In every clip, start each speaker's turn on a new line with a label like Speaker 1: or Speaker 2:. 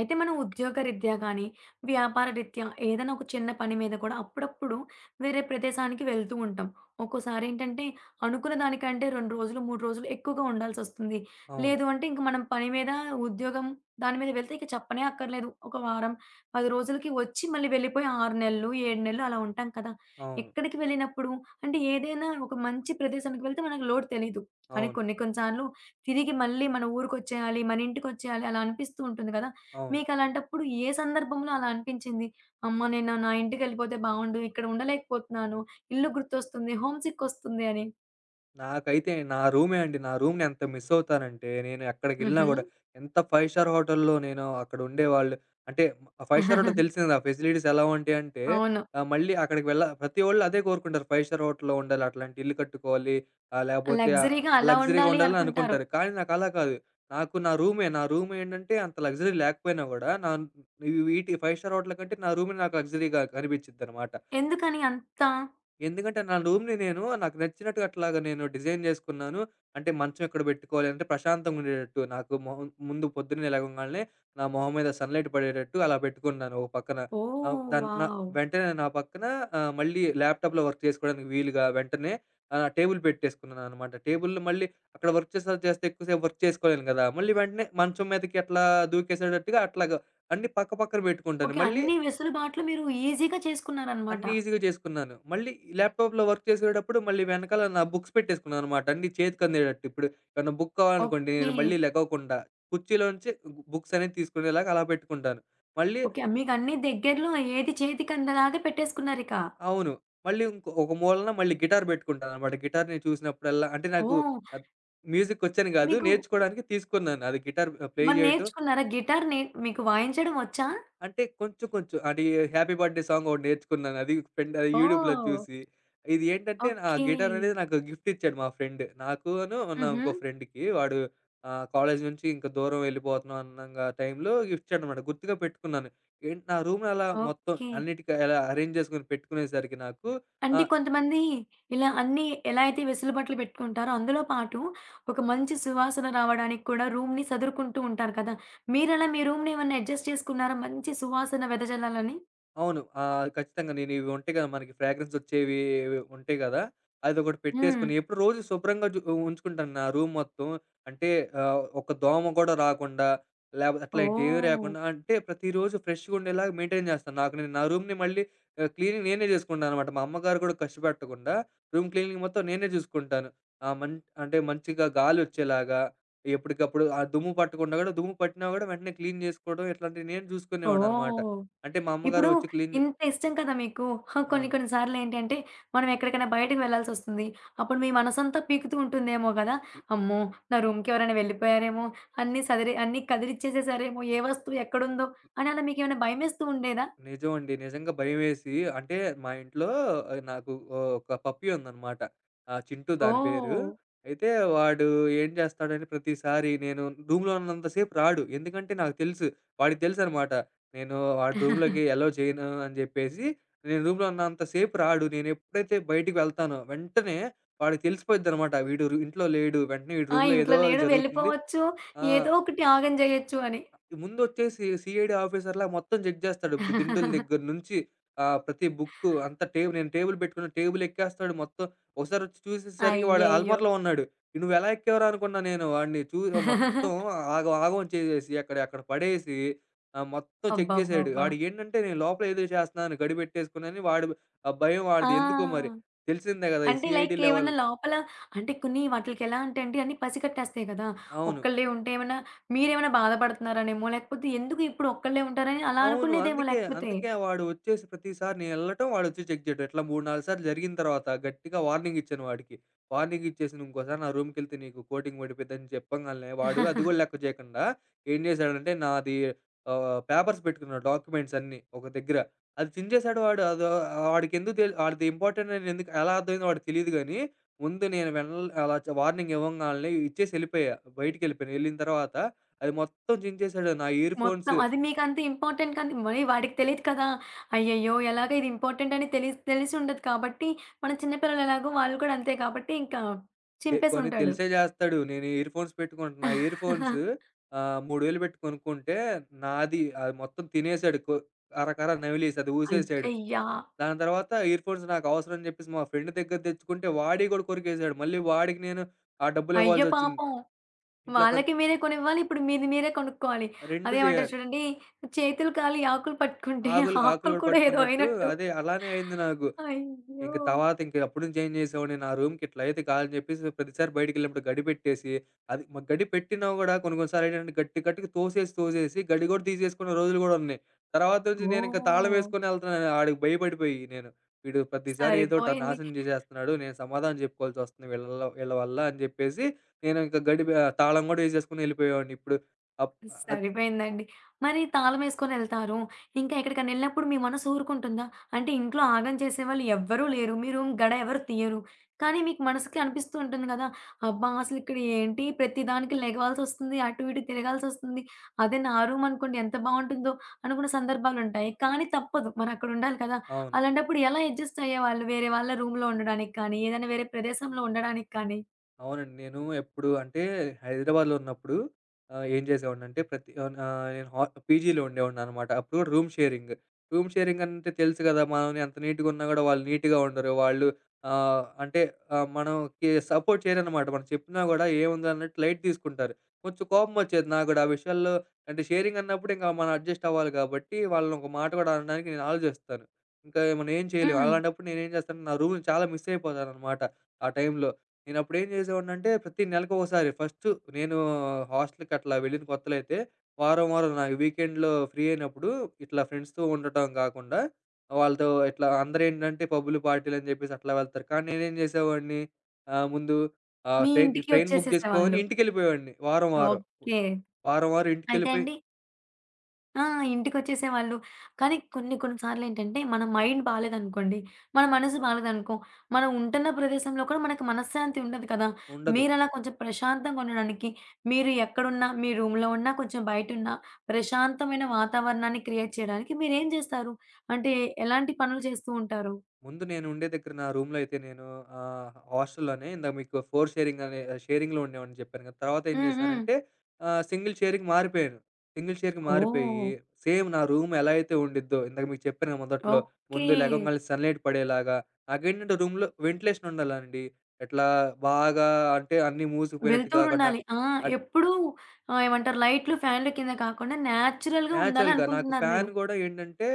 Speaker 1: అయితే మనం ఉద్యోగరీత్యా గానీ, వ్యాపారరీత్యా ఏదైనా ఒక చిన్న పని మీద కూడా అప్పుడప్పుడు వేరే ప్రదేశానికి వెళ్తూ ఉంటాం. ఒక్కోసారేంటంటే అనుకున్న దానికంటే 2 రోజులు, 3 రోజులు ఎక్కువగా ఉండాల్సొస్తుంది.
Speaker 2: అవును.
Speaker 1: లేదు అంటే ఇంక మనం పని మీద ఉద్యోగం దాని మీద వెళ్తే ఇక చెప్పనే అక్కర్లేదు. ఒక వారం, 10 రోజులకి వచ్చి మళ్ళీ వెళ్ళిపోయి 6 నెలలు, 7 నెలలు అలా ఉంటాం కదా!
Speaker 2: అవును.
Speaker 1: ఎక్కడికి వెళ్ళినప్పుడు అంటే ఏదైనా ఒక మంచి ప్రదేశానికి వెళ్తే మనకు లోటు తెలీదు. కానీ
Speaker 2: అవును.
Speaker 1: కొన్ని కొన్ని సార్లు తిరిగి మళ్ళీ మన ఊరికొచ్చేయాలి, మన ఇంటికొచ్చేయాలి అలా అనిపిస్తూ ఉంటుంది కదా!
Speaker 2: అవును.
Speaker 1: మీకలాంటప్పుడు ఏ సందర్భంలో అలా అనిపించింది? అమ్మ! నేను నా ఇంటికెళ్ళిపోతే బావుండు. ఇక్కడ ఉండలేకపోతున్నాను. ఇల్లు గుర్తొస్తుంది. హోమ్ సిక్ ఒస్తుంది అని.
Speaker 2: నాకైతే నా రూమే అండి. నా రూమ్‌ని ఎంత మిస్ అవుతానంటే, నేను ఎక్కడికెళ్ళినా
Speaker 1: హుహు.
Speaker 2: గూడా ఎంత ఫైవ్ స్టార్ హోటల్‌లో నేను అక్కడ ఉండేవాళ్ళు అంటే ఫైవ్ స్టార్ హోటల్ తెలిసింది ఆ ఫెసిలిటీస్ ఎలా ఉంటాయంటే,
Speaker 1: అవును.
Speaker 2: మళ్ళీ అక్కడికి వెళ్ళ ప్రతి ఒళ్ళు అదే కోరుకుంటారు. ఫైవ్ స్టార్ హోటల్‌లో ఉండాలి, అట్లాంటి ఇల్లు కట్టుకోవాలి, ఆహ్, లేపోతే ఆహ్,
Speaker 1: లగ్జరీగా అలా
Speaker 2: లగ్జరీగా
Speaker 1: ఉండాలి
Speaker 2: ఉండాలని
Speaker 1: అనుకుంటారు.
Speaker 2: అనుకుంటారు. కానీ నాకు అలా కాదు. నాకు నా రూమే. నా రూమ్ ఏంటంటే, అంత లగ్జరీ లేకపోయినా గూడా వీటి ఫైవ్ స్టార్ హోటల్ కంటే నా రూమే నాకు లగ్జరీగా కనిపించిద్దనమాట.
Speaker 1: ఎందుకని అంత?
Speaker 2: ఎందుకంటే నా రూమ్‌ని నేను నాకు నచ్చినట్టుగా అట్లాగా నేను డిజైన్ జేసుకున్నాను. అంటే మంచం ఎక్కడ బెట్టుకోవాలి అంటే ప్రశాంతంగా ఉండేటట్టు, నాకు మొహం ముందు పొద్దున్నే లెగంగాల్నే నా మొహం మీద సన్‌లైట్ పడేటట్టు అలా బెట్టుకున్నాను ఓ పక్కన. ఆహ్,
Speaker 1: ఓహ్!
Speaker 2: దాన్ నా
Speaker 1: వావ్!
Speaker 2: వెంటనే నా పక్కన మళ్ళీ ల్యాప్‌టాప్‌లో వర్క్ చేసుకోవడానికి వీలుగా వెంటనే టేబుల్ పెట్టేసుకున్నాననమాట. టేబుల్‌లో మళ్ళీ అక్కడ వర్క్ చేసే చేస్తే ఎక్కువ సేపు వర్క్ చేసుకోలేను గదా! మళ్ళీ వెంటనే మంచం మీదకి అట్లా దూకేసేటట్టుగా అట్లాగా అన్నీ పక్క పక్కన బెట్టుకుంటాను.
Speaker 1: ఓకే.
Speaker 2: మళ్ళీ
Speaker 1: అన్ని వెసులుబాట్లు మీరు ఈజీగా చేసుకున్నారనమాట.
Speaker 2: అన్నీ ఈజీగా చేసుకున్నాను. మళ్ళీ ల్యాప్‌టాప్‌లో వర్క్ చేసేటప్పుడు మళ్ళీ వెనకాల నా బుక్స్ పెట్టేసుకున్నాననమాట, అన్నీ చేతికి అందేటట్టు. ఇప్పుడు ఏమన్నా బుక్ కావాలనుకోండి,
Speaker 1: ఓకే.
Speaker 2: నేను మళ్ళీ లెగవకుండా కుర్చీలోంచి బుక్స్ అనేది తీసుకునేలాగా అలా పెట్టుకుంటాను. మళ్ళీ
Speaker 1: ఓకే. మీకన్నీ దగ్గరలో ఏది చేతికందేలాగా పెట్టేసుకున్నారిక.
Speaker 2: అవును. మళ్ళీ ఇంకో ఒక మూలన మళ్ళీ గిటార్ పెట్టుకుంటాననమాట. గిటార్‌ని చూసినప్పుడల్లా అంటే నాకు
Speaker 1: ఓహ్!
Speaker 2: ఆహ్, మ్యూజికొచ్చని కాదు,
Speaker 1: మీకు
Speaker 2: నేర్చుకోవడానికి తీసుకున్నాను. అది గిటార్ ప్లే
Speaker 1: మరి
Speaker 2: చేయటం
Speaker 1: నేర్చుకున్నారా? గిటార్ నే మీకు వాయించడం వచ్చా?
Speaker 2: అంటే కొంచెం కొంచెం అది 'హ్యాపీ బర్త్‌డే' సాంగ్ ఒకటి నేర్చుకున్నాను, అది ఫ్రెండ్ అది యూట్యూబ్‌లో
Speaker 1: ఓహ్!
Speaker 2: చూసి. ఇది ఏంటంటే ఆ
Speaker 1: ఓకే.
Speaker 2: గిటార్ అనేది నాకు గిఫ్ట్ ఇచ్చాడు మా ఫ్రెండ్. నాకును నా
Speaker 1: హుహు.
Speaker 2: ఇంకో ఫ్రెండ్‌కి. వాడు కాలేజ్ నుంచి ఇంక దూరం వెళ్ళిపోతున్నాం అన్నంగా టైంలో గిఫ్ట్ ఇచ్చాడనమాట. గుర్తుగా పెట్టుకున్నాను. ఏంటి నా రూమ్‌ని అలా మొత్తం
Speaker 1: ఓకే.
Speaker 2: అన్నిటికి అలా అరేంజ్ చేసుకొని పెట్టుకునేసరికి నాకు
Speaker 1: అంటే
Speaker 2: ఆహ్,
Speaker 1: కొంతమంది ఇలా అన్నీ ఎలా అయితే వెసులుబాట్లు పెట్టుకుంటారో, అందులో పాటు ఒక మంచి సువాసన రావడానికి కూడా రూమ్‌ని సదురుకుంటూ ఉంటారు కదా! మీరలా మీ రూమ్‌ని ఏమన్నా అడ్జస్ట్ చేసుకున్నారా మంచి సువాసన వెదజల్లాలని?
Speaker 2: అవును. ఆ! ఖచ్చితంగా. నేను ఇవి ఉంటాయి కదా! మనకి ఫ్రాగ్రెన్సొచ్చేవి ఉంటాయి కదా! అదొకటి
Speaker 1: హ్మ్.
Speaker 2: పెట్టేసుకొని ఎప్పుడు రోజు శుభ్రంగా జు ఉంచుకుంటాను నా రూమ్ మొత్తం. అంటే ఒక దోమ కూడా రాకుండా, లేపోతే అట్లాంటియేవి
Speaker 1: ఓహ్!
Speaker 2: రాకుండా, అంటే ప్రతిరోజు ఫ్రెష్‌గా ఉండేలాగా మెయింటైన్ చేస్తాను. నాకు నేను నా రూమ్‌ని మళ్ళీ క్లీనింగ్ నేనే చేసుకుంటాననమాట. మా అమ్మగారు కూడా ఖర్చు పెట్టకుండా రూమ్ క్లీనింగ్ మొత్తం నేనే చూసుకుంటాను. ఆ! మం అంటే మంచిగా గాలొచ్చేలాగా ఎప్పటికప్పుడు ఆ దుమ్ము పట్టకుండా కూడా, దుమ్ము పట్టినా కూడా వెంటనే క్లీన్ చేసుకోవడం, ఇట్లాంటివి నేను చూసుకునేవాడిననమాట.
Speaker 1: ఓహ్!
Speaker 2: అంటే మా అమ్మగారు
Speaker 1: ఇప్పుడు
Speaker 2: వచ్చి క్లీన్ జే
Speaker 1: ఇంత ఇష్టం కదా మీకు. హా! కొన్ని
Speaker 2: అవును.
Speaker 1: కొన్ని సార్లేంటి అంటే, మనం ఎక్కడికైనా బయటకి వెళ్ళాల్సొస్తుంది. అప్పుడు మీ మనసంతా పీకుతూ ఉంటుందేమో గదా!
Speaker 2: ఇ
Speaker 1: అమ్మో! నా రూమ్‌కి ఎవరైనా వెళ్ళిపోయారేమో, అన్నీ సదిరి అన్నీ కదిలిచ్చేసేసారేమో, ఏ వస్తువు ఎక్కడుందో అని అలా మీకేమైనా భయమేస్తూ ఉండేదా?
Speaker 2: నిజమండి. నిజంగా భయమేసి అంటే మా ఇంట్లో నాకు ఒక పప్పీ ఉందనమాట. చింటూ దాని పేరు.
Speaker 1: ఓహ్!
Speaker 2: అయితే వాడు ఏం చేస్తాడని ప్రతిసారి, నేను రూమ్‌లో ఉన్నంత సేపు రాడు. ఎందుకంటే నాకు తెలుసు, వాడికి తెలుసనమాట, నేను వాడి రూమ్‌లోకి ఎలో చేయను అని చెప్పేసి. నేను రూమ్‌లో ఉన్నంత సేపు రాడు. నేనెప్పుడైతే బయటికి వెళ్తానో వెంటనే వాడికి తెలిసిపోయిద్దనమాట. వీడు రు ఇంట్లో లేడు, వెంటనే వీడి
Speaker 1: ఆ!
Speaker 2: రూమ్‌లో
Speaker 1: ఇంట్లో
Speaker 2: ఏదో
Speaker 1: లేడు
Speaker 2: జరుగుతుంది.
Speaker 1: వెళ్ళిపోవచ్చు.
Speaker 2: ఆ!
Speaker 1: ఏదో ఒకటి ఆగం జేయొచ్చు అని.
Speaker 2: ముందొచ్చేసి సీఐడీ ఆఫీసర్‌లా మొత్తం చెక్ జేస్తాడు. బ్ దిండుల దగ్గర నుంచి ప్రతి బుక్కు అంతా టేబు నేను టేబుల్ పెట్టుకున్న టేబుల్ ఎక్కేస్తాడు మొత్తం. ఒకసారి వచ్చి చూసేసరికి వాడు
Speaker 1: అయ్యయ్యో!
Speaker 2: అల్మార్‌లో ఉన్నాడు. "నువ్వెలా ఎక్కావురా?" అనుకున్నా నేను. వాడిని చూ మొత్తం ఆగం ఆగం చేసేసి అక్కడ అక్కడ పడేసి మొత్తం చెక్ జేసాడు.
Speaker 1: అబ్బబ్బబ్బా!
Speaker 2: వాడు ఏంటంటే, నేను లోపల ఏదో చేస్తున్నాను గడిపెట్టేసుకున్నానని వాడు, ఆ భయం
Speaker 1: ఆ!
Speaker 2: వాడిది ఎందుకో మరి. తెలిసిందే గదా! ఈ
Speaker 1: అంటే
Speaker 2: సీఐడీ
Speaker 1: లైక్
Speaker 2: లెవెల్
Speaker 1: ఏమన్నా లోపల అంటే కొన్ని వాటిలికెలా అంటే అండి అన్నీ పసికట్టేస్తాయి కదా!
Speaker 2: అవును.
Speaker 1: ఒక్కళ్ళే ఉంటే ఏమన్నా మీరేమన్నా బాధపడుతున్నారనేమో, లేకపోతే ఎందుకు ఇప్పుడు ఒక్కళ్ళే ఉంటారని అలా
Speaker 2: అవును.
Speaker 1: అనుకునేదేమో
Speaker 2: అందుకే.
Speaker 1: లేకపోతే.
Speaker 2: అందుకే వాడు వచ్చేసి ప్రతిసారి నేనెళ్ళటం, వాడొచ్చి చెక్ చేయడం. ఇట్లా 3, 4 సార్లు జరిగిన తర్వాత గట్టిగా వార్నింగ్ ఇచ్చాను వాడికి. వార్నింగ్ ఇచ్చేసి "నువ్వు ఇంకోసారి నా రూమ్‌కెళ్తే నీకు కోటింగ్ పడిపోద్దని" చెప్పంగాల్నే, వాడు అది గూడా లెక్క చేయకుండా ఏం చేశాడంటే, నాది పేపర్స్ పెట్టుకున్నాడు డాక్యుమెంట్స్ అన్నీ ఒక దగ్గర, అది చించేశాడు వాడు. అదో వాడికెందుకు తెల్ ఆడిది ఇంపార్టెంట్ అని ఎందుకు ఎలా అర్థమైందో వాడికి తెలీదు గానీ, ముందు నేను వెన్ అలా చ వార్నింగ్ ఇవ్వంగాల్నే ఇచ్చేసి ఎళ్ళిపోయా. బయటికెళ్ళిపోయాను. ఎళ్ళిన తర్వాత అది మొత్తం చించేశాడు. నా ఇయర్‌ఫోన్స్
Speaker 1: మొత్తం అది మీకంత ఇంపార్టెంట్ కానీ మరి వాడికి తెలీదు కదా! అయ్యయ్యో! ఎలాగో ఇది ఇంపార్టెంట్ అని తెలిసి తెలిసుండదు కాబట్టి, మన చిన్న పిల్లలు ఎలాగో వాళ్ళు కూడా అంతే కాబట్టి ఇంకా
Speaker 2: ఎ కొన్ని
Speaker 1: చింపేసుంటాడు.
Speaker 2: తెలిసే జేస్తాడు. నేను ఇయర్ ఫోన్స్ పెట్టుకుంటున్నా. ఆ ఇయర్ ఫోన్స్ 3,000 పెట్టి కొనుక్కుంటే, నాది అది మొత్తం తినేసాడు. కొ అరకర నమిలేసి అది ఊసేసాడు.
Speaker 1: అయ్యయ్యా!
Speaker 2: దాని తర్వాత ఇయర్ ఫోన్స్ నాకు అవసరం అని జెప్పేసి మా ఫ్రెండ్ దగ్గర తెచ్చుకుంటే వాడియి గూడా కొరికేసాడు. మళ్ళీ వాడికి నేను ఆ
Speaker 1: అయ్యో
Speaker 2: డబ్బులివ్వాల్సొచ్చింది.
Speaker 1: పాపం!
Speaker 2: ఇట్లా ప్రత్
Speaker 1: వాళ్ళకి మీరే కొనివ్వాలి. ఇప్పుడు మీది మీరే కొనుక్కోవాలి.
Speaker 2: 2
Speaker 1: అదేమంటారు
Speaker 2: జేయాలి.
Speaker 1: చూడండి, చేతులు కాలి ఆకులు పట్టుకుంటే
Speaker 2: ఆకులు ఆకులు
Speaker 1: ఆకులు
Speaker 2: గూడా
Speaker 1: కూడా ఏదో
Speaker 2: పట్టుకున్నట్టు
Speaker 1: అయినట్టు.
Speaker 2: అదే అలానే అయింది నాకు.
Speaker 1: అయ్యో!
Speaker 2: ఇంక తర్వాత ఇంక అప్పటి నుంచి ఏం చేసేవాడిని, నా రూమ్‌కి ఇట్లా అయితే కాదని చెప్పేసి ప్రతిసారి బయటికెళ్ళినప్పుడు గడి పెట్టేసి, అది మ గడి పెట్టినా గూడా కొన్ని కొన్ని సార్లు ఏంటంటే గట్టి గట్టిగా తోసేసి, తోసేసి గడి గూడా తీసేసుకున్న రోజులు గూడా ఉన్నాయి. తర్వాత నుంచి నేను ఇంక తాళం
Speaker 1: ఓహ్!
Speaker 2: వేసుకొని ఎళ్తున్నాను, ఆడికి భయపడిపోయి నేను. వీడు ప్రతిసారి ఏదోటి
Speaker 1: సరిపోయింది.
Speaker 2: నాశనం చేసేస్తున్నాడు, నేను సమాధానం చెప్పుకోవాల్సి వస్తుంది వీళ్ళలో వీళ్ళ వల్ల అని చెప్పేసి, నేను ఇంక గడి తాళం గూడా వేసేసుకొని ఎళ్ళిపోయేవాడిని. ఇప్పుడు అప్ అది
Speaker 1: సరిపోయిందండి. మరి తాళమేసుకొనెళ్తారు. ఇంకా ఎక్కడికనెళ్ళినప్పుడు మీ మనసు ఊరుకుంటుందా? అంటే ఇంట్లో ఆగం చేసేవాళ్ళు ఎవ్వరూ లేరు. మీ రూమ్ గడ ఎవరు తీయరు. కానీ మీకు మనసుకి అనిపిస్తూ ఉంటుంది గదా! అబ్బా! అసలిక్కడ ఏంటి ప్రతి దానికి లెగవాల్సొస్తుంది. అటు ఇటు తిరగాల్సొస్తుంది. అదే నా రూమ్ అనుకోండి ఎంత బావుంటుందో అనుకున్న సందర్భాలుంటాయి. కానీ తప్పదు మరక్కడుండాలి కదా!
Speaker 2: అవును.
Speaker 1: అలాంటప్పుడు ఎలా అడ్జస్ట్ అయ్యేవాళ్ళు? వేరే వాళ్ళ రూమ్‌లో ఉండడానికి కానీ, ఏదైనా వేరే ప్రదేశంలో ఉండడానికి కానీ?
Speaker 2: అవునండి. నేను ఎప్పుడు అంటే హైదరాబాద్‌లో ఉన్నప్పుడు ఏం చేసేవాడినంటే, ప్రతి నేను హా పీజీలో ఉండేవాడిననమాట. అప్పుడు కూడా రూమ్ షేరింగ్. రూమ్ షేరింగ్ అంటే తెలుసు కదా! మనం ఎంత నీట్‌గా ఉన్నా కూడా వాళ్ళు నీట్‌గా ఉండరు. వాళ్ళు ఆహ్, అంటే మనకి సపోర్ట్ చేయరనమాట. మనం చెప్పినా కూడా ఏముంది అన్నట్టు లైట్ తీసుకుంటారు. కొంచెం కోపం వచ్చేది నాకు కూడా ఆ విషయాల్లో. అంటే షేరింగ్ అన్నప్పుడు ఇంకా మనం అడ్జస్ట్ అవ్వాలి కాబట్టి వాళ్ళని ఒక మాట కూడా అనడానికి నేను ఆలోచిస్తాను. ఇంకా మనం ఏం చేయలేం.
Speaker 1: హ్మ్.
Speaker 2: అలాంటప్పుడు నేనేం చేస్తాను, నా రూమ్‌ని చాలా మిస్ అయిపోతాననమాట ఆ టైంలో. నేనప్పుడు ఏం చేసేవాడినంటే, ప్రతి నెలకొకసారి ఫస్టు నేను హాస్టల్‌కి అట్లా వెళ్ళిన కొత్తలో అయితే, వారం, వారం నాకు వీకెండ్‌లో ఫ్రీ అయినప్పుడు, ఇట్లా ఫ్రెండ్స్‌తో ఉండటం గాకుండా, వాళ్ళతో ఇట్లా అందరేంటంటే పబ్బులు, పార్టీలని జెప్పేసి అట్లా వెళ్తారు. కానీ నేనేం జేసేవాడిని, ముందు
Speaker 1: మీ
Speaker 2: ట్రైన్
Speaker 1: ఇంటికి
Speaker 2: ట్రైన్ బుక్ జేసుకోని
Speaker 1: ఒచ్చేసేసేవాళ్ళు.
Speaker 2: ఇంటికెళ్ళిపోయేవాడిని వారం, వారం.
Speaker 1: ఓకే.
Speaker 2: వారం, వారం
Speaker 1: అయితే
Speaker 2: ఇంటికెళ్ళిపోయి
Speaker 1: అండి ఆ! ఇంటికొచ్చేసేవాళ్ళు. కానీ కొన్ని కొన్ని సార్లేంటంటే, మన మైండ్ బాలేదనుకోండి, మన మనసు బాలేదనుకో, మనం ఉంటున్న ప్రదేశంలో కూడా మనకు మనశ్శాంతి ఉండదు కదా!
Speaker 2: ఉండదు.
Speaker 1: మీరలా కొంచెం ప్రశాంతంగా ఉండడానికి, మీరు ఎక్కడున్నా, మీ రూమ్‌లో ఉన్నా, కొంచెం బయటున్నా, ప్రశాంతమైన వాతావరణాన్ని క్రియేట్ చేయడానికి మీరేం జేస్తారు? అంటే, ఎలాంటి పనులు చేస్తూ ఉంటారు?
Speaker 2: ముందు నేను ఉండే దగ్గర నా రూమ్‌లో అయితే నేను హాస్టల్‌లోనే ఇందాక మీకు 4 షేరింగ్ అనే షేరింగ్‌లో ఉండేవాడిని చెప్పాను కదా! తర్వాత ఏం
Speaker 1: హ్మ్. హ్మ్.
Speaker 2: చేశానంటే సింగిల్ షేరింగ్ మారిపోయాను. సింగిల్ షేర్‌కి మారిపోయి
Speaker 1: ఓహ్!
Speaker 2: సేమ్ నా రూమ్ ఎలా అయితే ఉండిద్దో ఇందాక మీకు చెప్పాను కదా! మొదట్లో
Speaker 1: ఓకే.
Speaker 2: ముందు లెగంగాల్నే సన్‌లైట్ పడేలాగా, నాకేంటంటే రూమ్‌లో వెంటిలేషన్ ఉండాలండి. ఎట్లా బాగా అంటే అన్నీ మూసుకుపోయినట్టు కాకుండా
Speaker 1: వెళ్తూరుండాలి. ఆ!
Speaker 2: అన్
Speaker 1: ఎప్పుడూ ఏమంటారు లైట్లు, ఫ్యాన్‌లు కింద కాకుండా న్యాచురల్‌గా
Speaker 2: నేచురల్‌గా. నాకు
Speaker 1: ఉండాలనుకుంటున్నారు
Speaker 2: ఫ్యాన్
Speaker 1: మీరు.
Speaker 2: గూడా ఏంటంటే,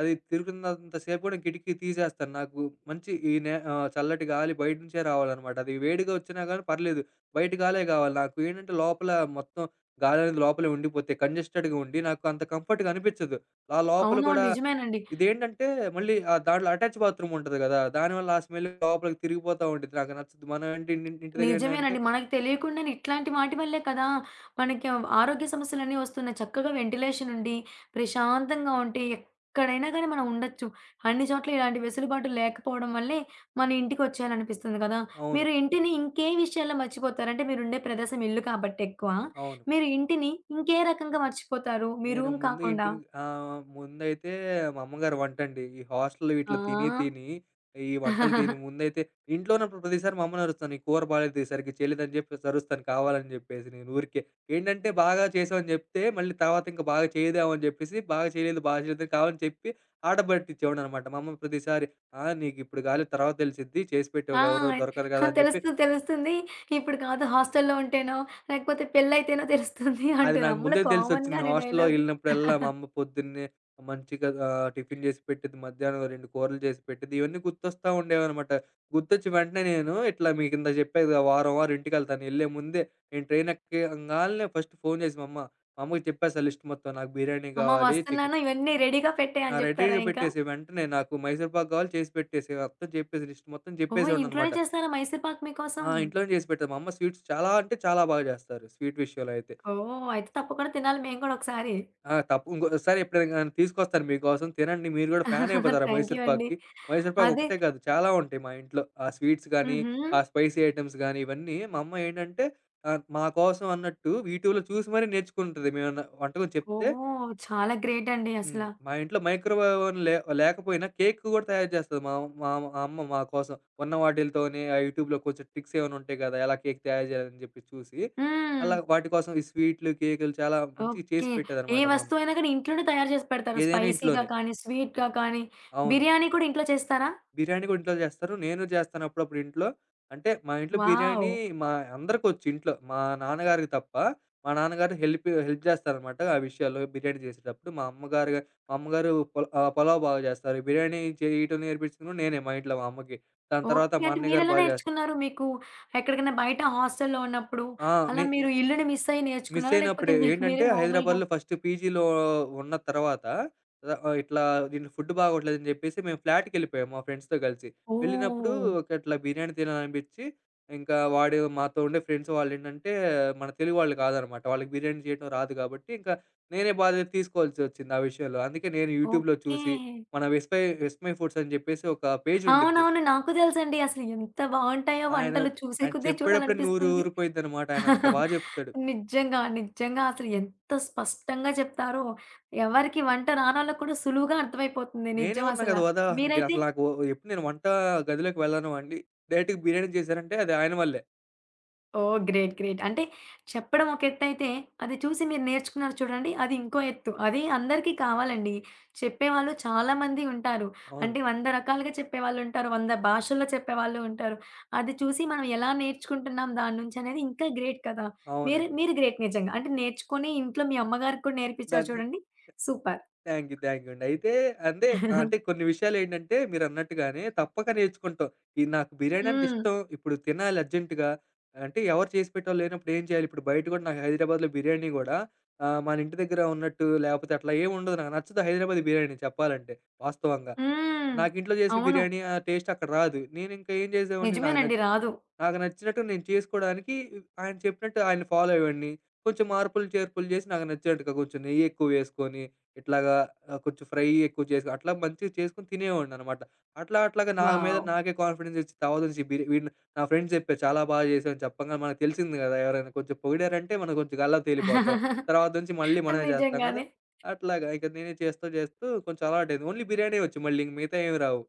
Speaker 2: అది తిరుగుతున్నంత సేపు గూడా కిటికీ తీసేస్తాను. నాకు మంచి ఈ నే చల్లటి గాలి బయట నుంచే రావాలనమాట. అది వేడిగా వచ్చినా గానీ పర్లేదు. బయట గాలే గావాలి. నాకు ఏంటంటే, లోపల మొత్తం గాలనేది లోపలే ఉండిపోతే కంజెస్టెడ్‌గా ఉండి, నాకు అంత కంఫర్ట్‌గా అనిపించదు. ఆ లోపల
Speaker 1: అవునవును.
Speaker 2: గూడా
Speaker 1: నిజమేనండి.
Speaker 2: ఇదేంటంటే, మళ్ళీ దాంట్లో అటాచ్ బాత్రూమ్ ఉంటది గదా! దానివల్ల ఆ స్మెల్ లోపలికి తిరిగిపోతా ఉండిద్ది. నాకు నచ్చదు. మనం అంటే ఇంటి ఇంటి దగ్గర ఏంటంటే
Speaker 1: నిజమేనండి. మనకి తెలియకుండానే ఇట్లాంటి వాటి వల్లే కదా! మనకి ఆరోగ్య సమస్యలన్నీ వస్తున్నాయి. చక్కగా వెంటిలేషన్ ఉండి, ప్రశాంతంగా ఉంటే ఎక్కడైనా గానీ మనం ఉండొచ్చు. అన్ని చోట్ల ఇలాంటి వెసులుబాటు లేకపోవడం వల్లే మన ఇంటికొచ్చేయాలనిపిస్తుంది కదా!
Speaker 2: అవును.
Speaker 1: మీరు ఇంటిని ఇంకే విషయాల్లో మర్చిపోతారు? అంటే మీరుండే ప్రదేశం ఇల్లు కాబట్టి ఎక్కువ.
Speaker 2: అవును.
Speaker 1: మీరు ఇంటిని ఇంకే రకంగా మర్చిపోతారు? మీ
Speaker 2: నేను
Speaker 1: రూమ్
Speaker 2: ముందు
Speaker 1: కాకుండా?
Speaker 2: ఇంటిని ముందైతే మా అమ్మగారి వంటండి. ఈ హాస్టల్‌లో
Speaker 1: ఆ!
Speaker 2: వీటిలో తిని, తిని ఈ వంటలు తిని ముందైతే ఇంట్లో ఉన్నప్పుడు ప్రతిసారి మా అమ్మని అరుస్తాను. "ఈ కూర బాలేదు, ఈ సరిగ్గా చేయలేదని" చెప్పేసి అరుస్తాను కావాలని జెప్పేసి నేను ఊరికే. ఏంటంటే బాగా చేసావని జెప్తే మళ్ళీ తర్వాత ఇంకా బాగా చేయదేమో అని జెప్పేసి బాగా చేయలేదు, బాగా చేయలేదని కావాలని చెప్పి ఆట పట్టించేవాడిననమాట. మా అమ్మ ప్రతిసారి "ఆ! నీకిప్పుడు కాలేదు తర్వాత తెలిసిద్ది, చేసి
Speaker 1: ఆ!
Speaker 2: పెట్టేవాళ్ళు ఎవరో దొరకరు గదా!" అని జెప్పి
Speaker 1: తెలుస్తుంది. తెలుస్తుంది. ఇప్పుడు కాదు హాస్టల్‌లో ఉంటేనో, లేకపోతే పెళ్లయితేనో తెలుస్తుంది
Speaker 2: అది
Speaker 1: అంటారు.
Speaker 2: నాకు
Speaker 1: అమ్మలు
Speaker 2: ముందే తెలిసొచ్చింది.
Speaker 1: కామన్‌గానే
Speaker 2: హాస్టల్‌లో
Speaker 1: డైలాగు.
Speaker 2: ఎళ్ళినప్పుడల్లా మా అమ్మ పొద్దున్నే మంచిగా టిఫిన్ చేసి పెట్టేది. మధ్యాహ్నం 2 కూరలు చేసి పెట్టేది. ఇవన్నీ గుర్తొస్తా ఉండేవనమాట. గుర్తొచ్చి వెంటనే నేను ఇట్లా మీకిందాక చెప్పా కదా! వారం వారం ఇంటికెళ్తాను. ఎళ్ళే ముందే నేను ట్రైన్ ఎక్కంగాల్నే ఫస్ట్ ఫోను చేసి మా అమ్మ, మా అమ్మకి చెప్పేసా లిస్ట్ మొత్తం. నాకు బిర్యానీ
Speaker 1: అమ్మ
Speaker 2: కావాలి, చికెన్,
Speaker 1: వస్తున్నాను ఇవన్నీ రెడీగా పెట్టేయి
Speaker 2: ఆ!
Speaker 1: అని జెప్తారా
Speaker 2: రెడీగా
Speaker 1: ఇంకా?
Speaker 2: పెట్టేసేయి. వెంటనే నాకు మైసూర్ పాక్ కావాలి, చేసి పెట్టేసేయి. మొత్తం చెప్పేసి లిస్ట్ మొత్తం
Speaker 1: ఓహ్! ఇంట్లోనే
Speaker 2: చెప్పేసేవాడిననమాట.
Speaker 1: చేస్తారా మైసూర్ పాక్ మీకోసం?
Speaker 2: ఆ! ఇంట్లోనే చేసి పెట్టేది. మా అమ్మ స్వీట్స్ చాలా అంటే చాలా బాగా చేస్తారు, స్వీట్ విషయంలో అయితే.
Speaker 1: ఓహ్! అయితే తప్పకుండా తినాలి మేము గూడా ఒకసారి.
Speaker 2: ఆ! తప్పు ఇంకోసారి ఎప్పుడైనా గాని తీసుకొస్తాను మీకోసం. తినండి, మీరు గూడా ఫ్యాన్ అయిపోతారు ఆ
Speaker 1: థాంక్
Speaker 2: మైసూర్
Speaker 1: యూ అండి.
Speaker 2: పాక్‌కి. మైసూర్ పాక్
Speaker 1: అదే
Speaker 2: ఒకటే కాదు, చాలా ఉంటాయి మా ఇంట్లో. ఆ స్వీట్స్ గానీ,
Speaker 1: హుహు.
Speaker 2: ఆ స్పైసీ ఐటెమ్స్ గానీ, ఇవన్నీ మా అమ్మ ఏంటంటే మా కోసం అన్నట్టు యూట్యూబ్‌లో చూసి మరీ నేర్చుకుంటది, మేమేమన్నా వంటకం చెప్తే.
Speaker 1: ఓహ్! చాలా గ్రేట్ అండి
Speaker 2: హ్మ్.
Speaker 1: అసల.
Speaker 2: మా ఇంట్లో మైక్రోవేవ్ ఓవెన్ లే లేకపోయినా కేక్ గూడా తయారు చేస్తది మా మా అమ్మ మా కోసం. ఉన్న వాటిలతోనే ఆ యూట్యూబ్‌లో కొంచెం ట్రిక్స్ ఏమైనా ఉంటాయి కదా! ఎలా కేక్ తయారు చేయాలని చెప్పి చూసి,
Speaker 1: హ్మ్.
Speaker 2: అలా వాటి కోసం ఈ స్వీట్లు, కేకులు చాలా మంచిగా చేసి
Speaker 1: ఓకే. ఏ
Speaker 2: పెట్టేదనమాట మా అమ్మ.
Speaker 1: వస్తువైనా గాని ఇంట్లోనే తయారు చేసి పెడతారు.
Speaker 2: ఏదైనా
Speaker 1: స్పైసీగా
Speaker 2: ఇంట్లోనే.
Speaker 1: కానీ, స్వీట్‌గా కానీ.
Speaker 2: అవును.
Speaker 1: బిర్యానీ కూడా ఇంట్లో చేస్తారా?
Speaker 2: బిర్యానీ కూడా ఇంట్లో జేస్తారు. నేను జేస్తాను అప్పుడప్పుడు ఇంట్లో. అంటే మా ఇంట్లో
Speaker 1: వావ్!
Speaker 2: బిర్యానీ మా అందరికొచ్చు ఇంట్లో, మా నాన్నగారికి తప్ప. మా నాన్నగారు హెల్ప్ హెల్ప్ జేస్తారనమాట ఆ విషయాల్లో బిర్యానీ జేసేటప్పుడు. మా అమ్మగారు గా మా అమ్మగారు పుల్ పులావ్ బాగా జేస్తారు. బిర్యానీ చేయటం నేర్పించింది గూడా నేనే మా ఇంట్లో మా అమ్మకి. దాని తర్వాత
Speaker 1: ఓకే.
Speaker 2: మా
Speaker 1: అంటే
Speaker 2: అన్నయ్య గారు
Speaker 1: మీరెలా
Speaker 2: బా జేస్
Speaker 1: నేర్చుకున్నారు? మీకు ఎక్కడికైనా బయట హాస్టల్‌లో ఉన్నప్పుడు
Speaker 2: ఆ!
Speaker 1: అలా
Speaker 2: నే
Speaker 1: మీరు ఇల్లుని మిస్ అయ్యి
Speaker 2: మిస్
Speaker 1: నేర్చుకున్నారా?
Speaker 2: అయినప్పుడు
Speaker 1: లేకపోతే మీకు
Speaker 2: ఏంటంటే
Speaker 1: మీరే మామూలుగా
Speaker 2: హైదరాబాద్‌లో ఫస్ట్ పీజీలో ఉన్న తర్వాత ఇట్లా దీంట్లో ఫుడ్ బాగోట్లేదని చెప్పేసి మేము ఫ్లాట్‌కెళ్ళిపోయాము మా ఫ్రెండ్స్‌తో కలిసి. వెళ్ళినప్పుడు
Speaker 1: ఓహ్!
Speaker 2: ఒక ఇట్లా బిర్యానీ తినాలనిపించి, ఇంకా వాడు మాతో ఉండే ఫ్రెండ్స్ వాళ్ళేంటంటే మన తెలుగు వాళ్ళు కాదనమాట. వాళ్ళకి బిర్యానీ చేయడం రాదు కాబట్టి ఇంకా నేనే బాధ్యత తీసుకోవాల్సొచ్చింది ఆ విషయంలో. అందుకే నేను యూట్యూబ్‌లో
Speaker 1: ఓకే.
Speaker 2: చూసి, మన విస్మై ఫుడ్స్ అని చెప్పేసి ఒక పేజ్ ఉండిద్ది.
Speaker 1: అవునవును. నాకు తెలుసండి. అసలు ఎంత బావుంటాయో
Speaker 2: ఆయన
Speaker 1: వంటలు చూసే
Speaker 2: ఆయన
Speaker 1: కొద్దీ
Speaker 2: చెప్పేటప్పుడే నూరు
Speaker 1: చూడాలనిపిస్తుంది.
Speaker 2: ఊరిపోయిద్దనమాట. ఆయన అంత బా చెప్తాడు.
Speaker 1: నిజంగా. నిజంగా అసలు ఎంత స్పష్టంగా చెప్తారో ఎవరికి వంట రానోళ్ళకి కూడా సులువుగా అర్థమైపోతుంది
Speaker 2: నేనే
Speaker 1: నిజం
Speaker 2: ఉన్నా
Speaker 1: అసల.
Speaker 2: గదా ఉదాహరణకి!
Speaker 1: మీరైతే?
Speaker 2: అసలు నాకు ఎప్పుడు నేను వంట గదిలోకి వెళ్ళను అండి. డైరెక్ట్‌గా బిర్యానీ చేశారంటే అది ఆయన వల్లే.
Speaker 1: ఓహ్! గ్రేట్. గ్రేట్. అంటే చెప్పడం ఒక ఎత్తయితే, అది చూసి మీరు నేర్చుకున్నారు చూడండి, అది ఇంకో ఎత్తు. అది అందరికీ కావాలండి. చెప్పేవాళ్ళు చాలా మంది ఉంటారు.
Speaker 2: అవును.
Speaker 1: అంటే 100 రకాలుగా చెప్పేవాళ్ళుంటారు. 100 భాషల్లో చెప్పేవాళ్ళు ఉంటారు. అది చూసి మనం ఎలా నేర్చుకుంటున్నాం దాని నుంచి అనేది ఇంకా గ్రేట్ కదా! మీరు
Speaker 2: అవునండి.
Speaker 1: మీరు గ్రేట్ నిజంగా. అంటే నేర్చుకొని ఇంట్లో మీ అమ్మగారికి కూడా నేర్పించారు
Speaker 2: దాన్ని
Speaker 1: చూడండి. Super.
Speaker 2: Thank you, thank you అండి. అయితే అంటే అంటే కొన్ని విషయాలేంటంటే మీరన్నట్టుగానే తప్పక నేర్చుకుంటాం. ఇది నాకు బిర్యానీ అంటే
Speaker 1: హ్మ్.
Speaker 2: ఇష్టం. ఇప్పుడు తినాలి అర్జెంట్‌గా. అంటే ఎవరు చేసి పెట్టేవాళ్ళు లేనప్పుడు ఏం చేయాలి? ఇప్పుడు బయట గూడా నాకు హైదరాబాద్‌లో బిర్యానీ గూడా మన ఇంటి దగ్గర ఉన్నట్టు లేపోతే అట్లా ఏమి ఉండదు. నాకు నచ్చదు హైదరాబాదీ బిర్యానీ చెప్పాలంటే వాస్తవంగా.
Speaker 1: హ్మ్.
Speaker 2: నాకు ఇంట్లో చేసిన
Speaker 1: అవును.
Speaker 2: బిర్యానీ ఆ టేస్ట్ అక్కడ రాదు. నేనింకా ఏం చేసేవాడిని నాకు
Speaker 1: నిజమేనండి.
Speaker 2: నచ్చి,
Speaker 1: రాదు.
Speaker 2: నాకు నచ్చినట్టు నేను చేసుకోడానికి ఆయన చెప్పినట్టు ఆయన్ని ఫాలో అయ్యేవాడిని. కొంచెం మార్పులు, చేర్పులు చేసి నాకు నచ్చినట్టుగా కొంచెం నెయ్యి ఎక్కువ వేసుకొని, ఇట్లాగా కొంచెం ఫ్రై ఎక్కువ చేసి అట్లా మంచిగా చేసుకొని తినేవాడిననమాట. అట్లా అట్లాగా నా మీద
Speaker 1: వావ్!
Speaker 2: నాకే కాన్ఫిడెన్స్ వచ్చి తర్వాత నుంచి బిర్ వీడిని, నా ఫ్రెండ్స్ చెప్పారు చాలా బాగా చేసావు అని. చెప్పంగానే మనకు తెలిసింది కదా! ఎవరైనా కొంచెం పొగిడారంటే మనం కొంచెం గల్లా తేలిపోతాం. తర్వాత నుంచి మళ్ళీ మనమే చేస్తాం కదా!
Speaker 1: నిజంగానే.
Speaker 2: అట్లాగా ఇక నేనే చేస్తూ, చేస్తూ కొంచెం అలవాటయింది. ఓన్లీ బిర్యానీ వచ్చు, మళ్ళీ ఇంక మిగతా ఏమి రావు.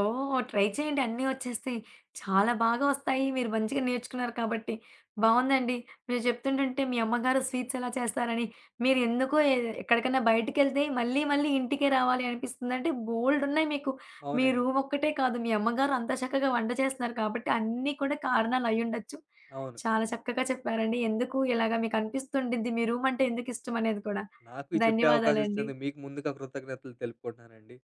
Speaker 1: ఓహ్! ట్రై చేయండి. అన్నీ వచ్చేస్తాయి. చాలా బాగా వస్తాయి. మీరు మంచిగా నేర్చుకున్నారు కాబట్టి. బావుందండి. మీరు చెప్తుంటుంటే మీ అమ్మగారు స్వీట్స్ ఎలా చేస్తారని, మీరు ఎందుకో ఎక్కడికన్నా బయటికెళ్తే మళ్ళీ మళ్ళీ ఇంటికే రావాలి అనిపిస్తుందంటే బోలెడున్నాయి మీకు. మీ
Speaker 2: అవునండి.
Speaker 1: రూమ్ ఒక్కటే కాదు, మీ అమ్మగారు అంత చక్కగా వంట చేస్తున్నారు కాబట్టి అన్నీ కూడా కారణాలు అయ్యుండొచ్చు.
Speaker 2: అవును.
Speaker 1: చాలా చక్కగా చెప్పారండి. ఎందుకు ఇలాగ మీకు అనిపిస్తుండిద్ది మీ రూమ్ అంటే ఎందుకిష్టం అనేది కూడా.
Speaker 2: నాకు ఈ చెప్పే అవకాశం
Speaker 1: ధన్యవాదాలండి.
Speaker 2: ఇచ్చినందుకు మీకు ముందుగా కృతజ్ఞతలు తెలుపుకుంటున్నానండి.